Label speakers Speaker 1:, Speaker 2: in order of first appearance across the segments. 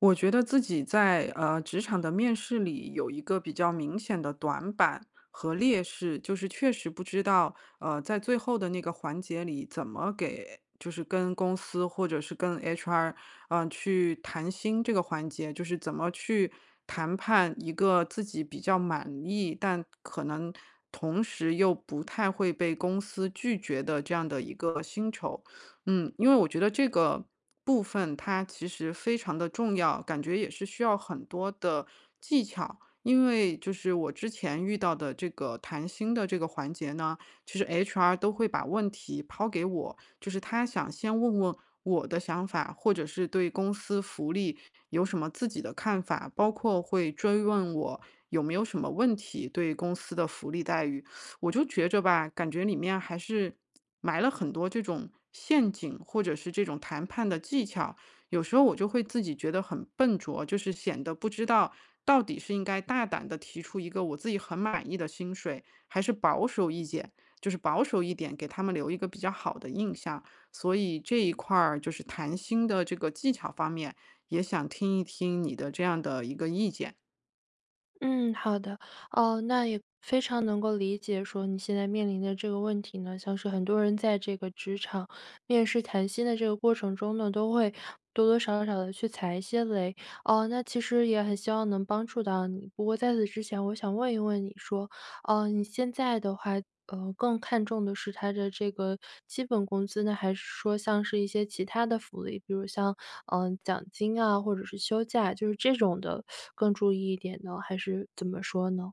Speaker 1: 我觉得自己在职场的面试里有一个比较明显的短板和劣势，就是确实不知道在最后的那个环节里怎么给，就是跟公司或者是跟 HR 去谈薪这个环节，就是怎么去谈判一个自己比较满意，但可能同时又不太会被公司拒绝的这样的一个薪酬。因为我觉得这个部分它其实非常的重要，感觉也是需要很多的技巧。因为就是我之前遇到的这个谈心的这个环节呢，其实 HR 都会把问题抛给我，就是他想先问问我的想法，或者是对公司福利有什么自己的看法，包括会追问我有没有什么问题对公司的福利待遇。我就觉着吧，感觉里面还是埋了很多这种陷阱，或者是这种谈判的技巧。有时候我就会自己觉得很笨拙，就是显得不知道到底是应该大胆的提出一个我自己很满意的薪水，还是保守一点，就是保守一点，给他们留一个比较好的印象。所以这一块儿就是谈薪的这个技巧方面，也想听一听你的这样的一个意见。
Speaker 2: 嗯，好的，哦，那也非常能够理解说你现在面临的这个问题呢，像是很多人在这个职场面试谈薪的这个过程中呢，都会多多少少的去踩一些雷。哦，那其实也很希望能帮助到你。不过在此之前，我想问一问你说，哦，你现在的话，更看重的是他的这个基本工资呢，还是说像是一些其他的福利，比如像，奖金啊，或者是休假，就是这种的更注意一点呢，还是怎么说呢？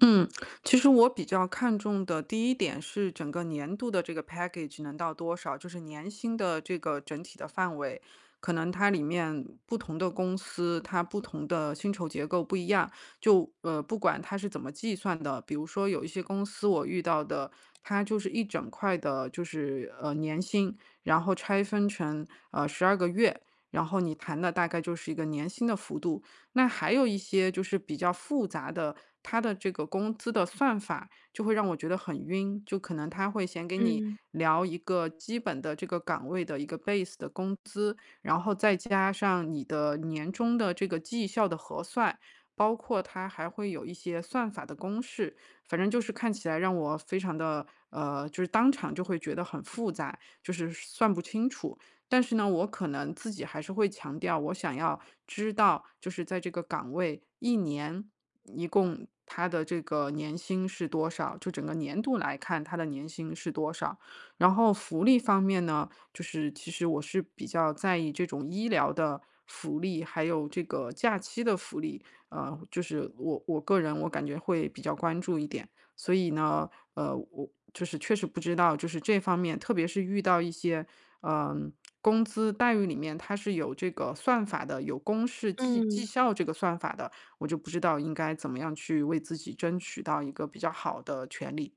Speaker 1: 嗯，其实我比较看重的第一点是整个年度的这个 package 能到多少，就是年薪的这个整体的范围。可能它里面不同的公司，它不同的薪酬结构不一样，就不管它是怎么计算的，比如说有一些公司我遇到的，它就是一整块的，就是年薪，然后拆分成12个月，然后你谈的大概就是一个年薪的幅度。那还有一些就是比较复杂的，它的这个工资的算法就会让我觉得很晕，就可能他会先给你
Speaker 2: 嗯。
Speaker 1: 聊一个基本的这个岗位的一个 base 的工资，然后再加上你的年终的这个绩效的核算，包括它还会有一些算法的公式，反正就是看起来让我非常的就是当场就会觉得很复杂，就是算不清楚。但是呢，我可能自己还是会强调，我想要知道，就是在这个岗位一年一共他的这个年薪是多少，就整个年度来看他的年薪是多少。然后福利方面呢，就是其实我是比较在意这种医疗的福利，还有这个假期的福利，就是我个人我感觉会比较关注一点。所以呢，我就是确实不知道，就是这方面，特别是遇到一些，嗯、工资待遇里面它是有这个算法的，有公式绩绩
Speaker 2: 嗯。
Speaker 1: 效这个算法的，我就不知道应该怎么样去为自己争取到一个比较好的权利。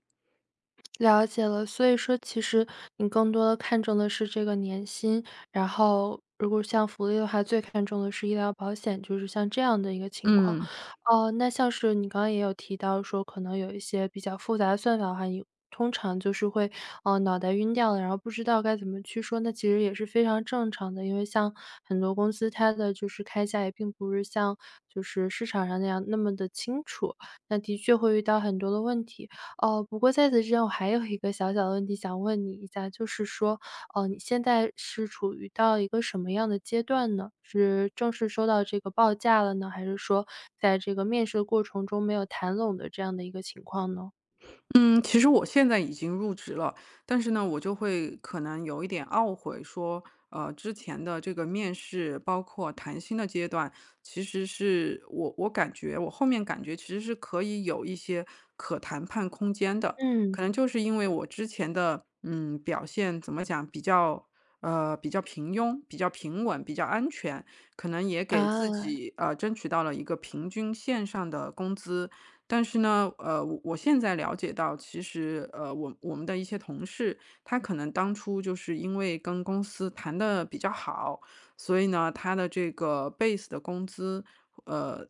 Speaker 2: 了解了，所以说其实你更多的看重的是这个年薪，然后如果像福利的话，最看重的是医疗保险，就是像这样的一个情况。
Speaker 1: 嗯。
Speaker 2: 哦，那像是你刚刚也有提到说，可能有一些比较复杂的算法的话，你通常就是会，哦脑袋晕掉了，然后不知道该怎么去说，那其实也是非常正常的。因为像很多公司，它的就是开价也并不是像就是市场上那样那么的清楚，那的确会遇到很多的问题。哦，不过在此之前我还有一个小小的问题想问你一下，就是说，哦，你现在是处于到一个什么样的阶段呢？是正式收到这个报价了呢，还是说在这个面试的过程中没有谈拢的这样的一个情况呢？
Speaker 1: 嗯，其实我现在已经入职了，但是呢，我就会可能有一点懊悔说，之前的这个面试，包括谈薪的阶段，其实是我感觉我后面感觉其实是可以有一些可谈判空间的，
Speaker 2: 嗯。
Speaker 1: 可能就是因为我之前的表现怎么讲比较比较平庸，比较平稳，比较安全，可能也给自
Speaker 2: 啊。
Speaker 1: 己争取到了一个平均线上的工资。但是呢，我现在了解到，其实，我们的一些同事，他可能当初就是因为跟公司谈的比较好，所以呢，他的这个 base 的工资，呃，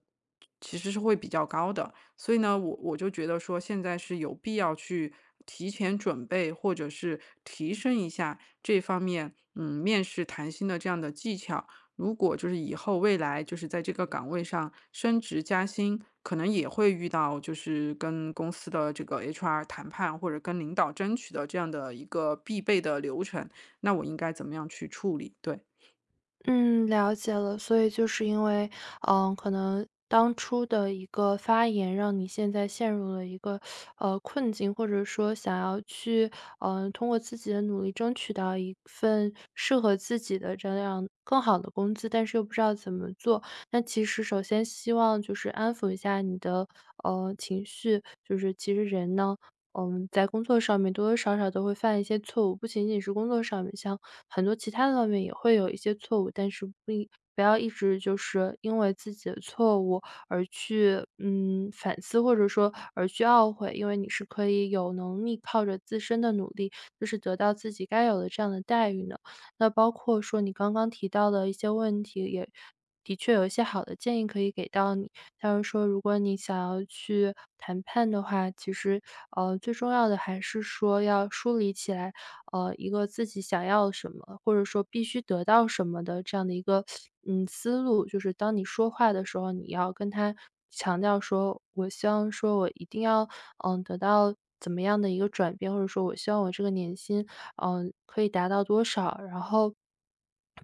Speaker 1: 其实是会比较高的。所以呢，我就觉得说，现在是有必要去提前准备，或者是提升一下这方面，面试谈薪的这样的技巧。如果就是以后未来就是在这个岗位上升职加薪，可能也会遇到就是跟公司的这个 HR 谈判或者跟领导争取的这样的一个必备的流程，那我应该怎么样去处理？对。
Speaker 2: 嗯，了解了。所以就是因为，嗯，可能当初的一个发言，让你现在陷入了一个困境，或者说想要去，嗯，通过自己的努力争取到一份适合自己的这样更好的工资，但是又不知道怎么做。那其实首先希望就是安抚一下你的情绪，就是其实人呢。嗯，在工作上面多多少少都会犯一些错误，不仅仅是工作上面，像很多其他的方面也会有一些错误，但是不要一直就是因为自己的错误而去，嗯，反思或者说而去懊悔，因为你是可以有能力靠着自身的努力，就是得到自己该有的这样的待遇呢。那包括说你刚刚提到的一些问题，也的确有一些好的建议可以给到你。像是说，如果你想要去谈判的话，其实，最重要的还是说要梳理起来一个自己想要什么，或者说必须得到什么的这样的一个，嗯，思路。就是当你说话的时候，你要跟他强调说，我希望说我一定要，嗯，得到怎么样的一个转变，或者说我希望我这个年薪嗯，可以达到多少，然后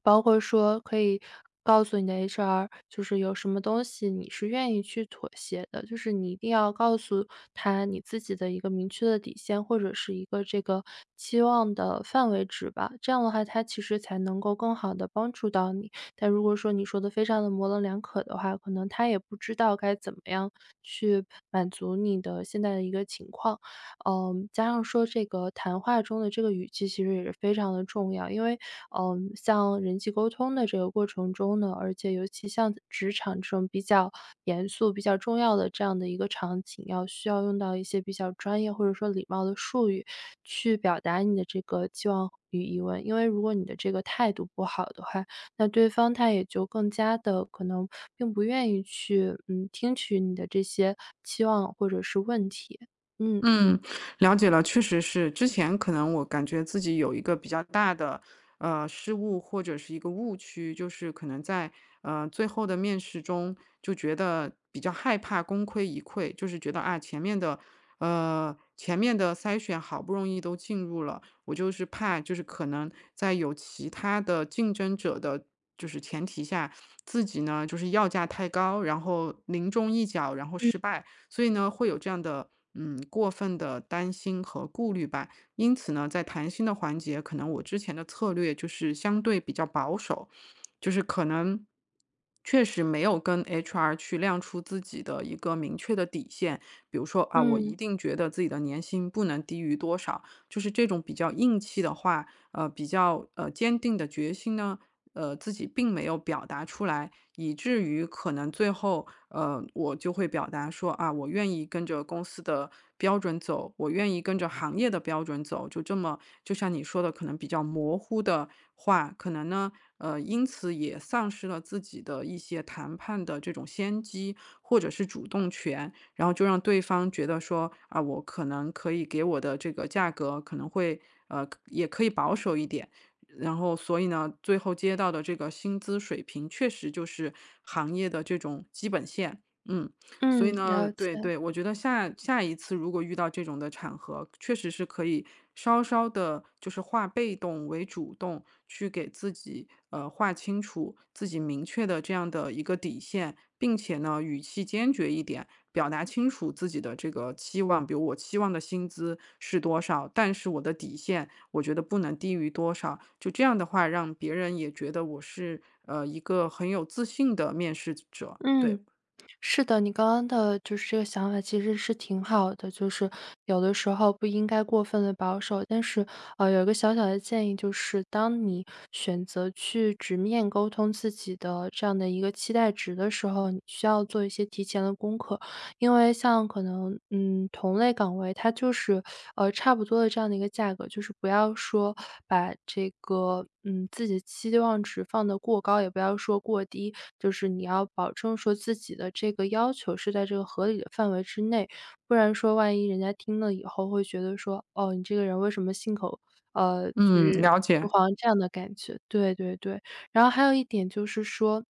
Speaker 2: 包括说可以告诉你的 HR，就是有什么东西你是愿意去妥协的，就是你一定要告诉他你自己的一个明确的底线，或者是一个这个期望的范围值吧。这样的话，他其实才能够更好的帮助到你。但如果说你说的非常的模棱两可的话，可能他也不知道该怎么样去满足你的现在的一个情况。嗯，加上说这个谈话中的这个语气其实也是非常的重要，因为，嗯，像人际沟通的这个过程中呢，而且尤其像职场这种比较严肃、比较重要的这样的一个场景，要需要用到一些比较专业或者说礼貌的术语去表达你的这个期望与疑问。因为如果你的这个态度不好的话，那对方他也就更加的可能并不愿意去，嗯，听取你的这些期望或者是问题。嗯。
Speaker 1: 嗯，了解了，确实是。之前可能我感觉自己有一个比较大的失误或者是一个误区，就是可能在最后的面试中就觉得比较害怕功亏一篑，就是觉得啊前面的筛选好不容易都进入了，我就是怕就是可能在有其他的竞争者的。就是前提下，自己呢就是要价太高，然后临终一脚，然后
Speaker 2: 嗯。
Speaker 1: 失败，所以呢，会有这样的过分的担心和顾虑吧。因此呢，在谈心的环节，可能我之前的策略就是相对比较保守，就是可能确实没有跟 HR 去亮出自己的一个明确的底线，比如说啊，我一
Speaker 2: 嗯。
Speaker 1: 定觉得自己的年薪不能低于多少，就是这种比较硬气的话，比较坚定的决心呢，自己并没有表达出来，以至于可能最后，我就会表达说啊，我愿意跟着公司的标准走，我愿意跟着行业的标准走，就这么，就像你说的，可能比较模糊的话，可能呢，因此也丧失了自己的一些谈判的这种先机或者是主动权，然后就让对方觉得说啊，我可能可以给我的这个价格可能会，也可以保守一点。然后所以呢，最后接到的这个薪资水平确实就是行业的这种基本线。嗯，所
Speaker 2: 嗯，
Speaker 1: 以呢，
Speaker 2: 了解。
Speaker 1: 对对，我觉得下一次如果遇到这种的场合，确实是可以稍稍的，就是化被动为主动，去给自己划清楚自己明确的这样的一个底线，并且呢，语气坚决一点，表达清楚自己的这个期望，比如我期望的薪资是多少，但是我的底线我觉得不能低于多少。就这样的话，让别人也觉得我是一个很有自信的面试者。
Speaker 2: 嗯，
Speaker 1: 对，
Speaker 2: 是的，你刚刚的就是这个想法其实是挺好的，就是有的时候不应该过分的保守。但是，有一个小小的建议，就是当你选择去直面沟通自己的这样的一个期待值的时候，你需要做一些提前的功课。因为像可能，嗯，同类岗位它就是，差不多的这样的一个价格，就是不要说把这个，嗯，自己的期望值放得过高，也不要说过低，就是你要保证说自己的这个要求是在这个合理的范围之内，不然说万一人家听了以后会觉得说，你这个人为什么信口就
Speaker 1: 嗯，
Speaker 2: 是
Speaker 1: 了解，
Speaker 2: 说谎这样的感觉，对对对。然后还有一点就是说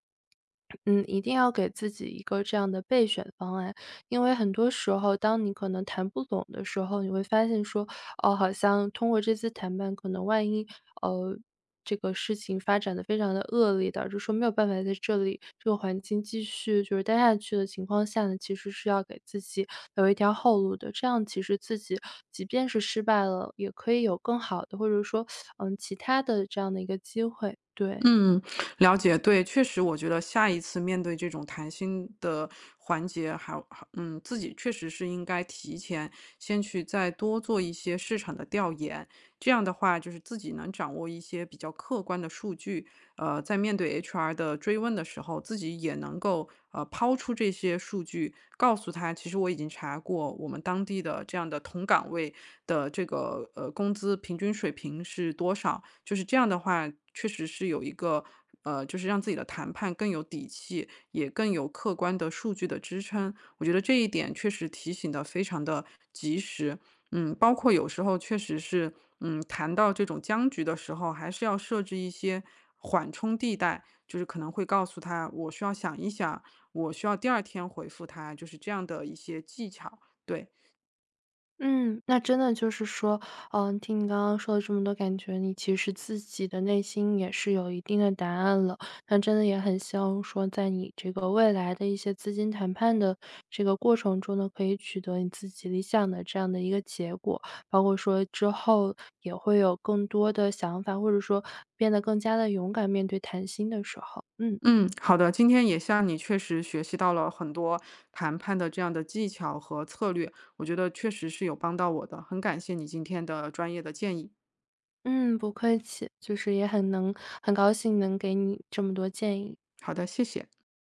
Speaker 2: 嗯，一定要给自己一个这样的备选方案，因为很多时候，当你可能谈不拢的时候，你会发现说，哦，好像通过这次谈判，可能万一呃这个事情发展的非常的恶劣，导致说没有办法在这里这个环境继续就是待下去的情况下呢，其实是要给自己留一条后路的。这样其实自己即便是失败了，也可以有更好的，或者说其他的这样的一个机会。对，
Speaker 1: 嗯，了解。对，确实，我觉得下一次面对这种谈心的环节还，还嗯，自己确实是应该提前先去再多做一些市场的调研，这样的话，就是自己能掌握一些比较客观的数据，在面对 HR 的追问的时候，自己也能够抛出这些数据，告诉他，其实我已经查过我们当地的这样的同岗位的这个工资平均水平是多少，就是这样的话，确实是有一个。就是让自己的谈判更有底气，也更有客观的数据的支撑。我觉得这一点确实提醒的非常的及时。包括有时候确实是，谈到这种僵局的时候，还是要设置一些缓冲地带，就是可能会告诉他，我需要想一想，我需要第二天回复他，就是这样的一些技巧。对，
Speaker 2: 嗯，那真的就是说，嗯，听你刚刚说了这么多，感觉你其实自己的内心也是有一定的答案了。那真的也很希望说，在你这个未来的一些资金谈判的这个过程中呢，可以取得你自己理想的这样的一个结果，包括说之后也会有更多的想法，或者说变得更加的勇敢面对谈心的时候。嗯。
Speaker 1: 嗯，好的，今天也向你确实学习到了很多谈判的这样的技巧和策略，我觉得确实是有帮到我的，很感谢你今天的专业的建议。
Speaker 2: 嗯，不客气，就是也很能很高兴能给你这么多建议。
Speaker 1: 好的，谢谢。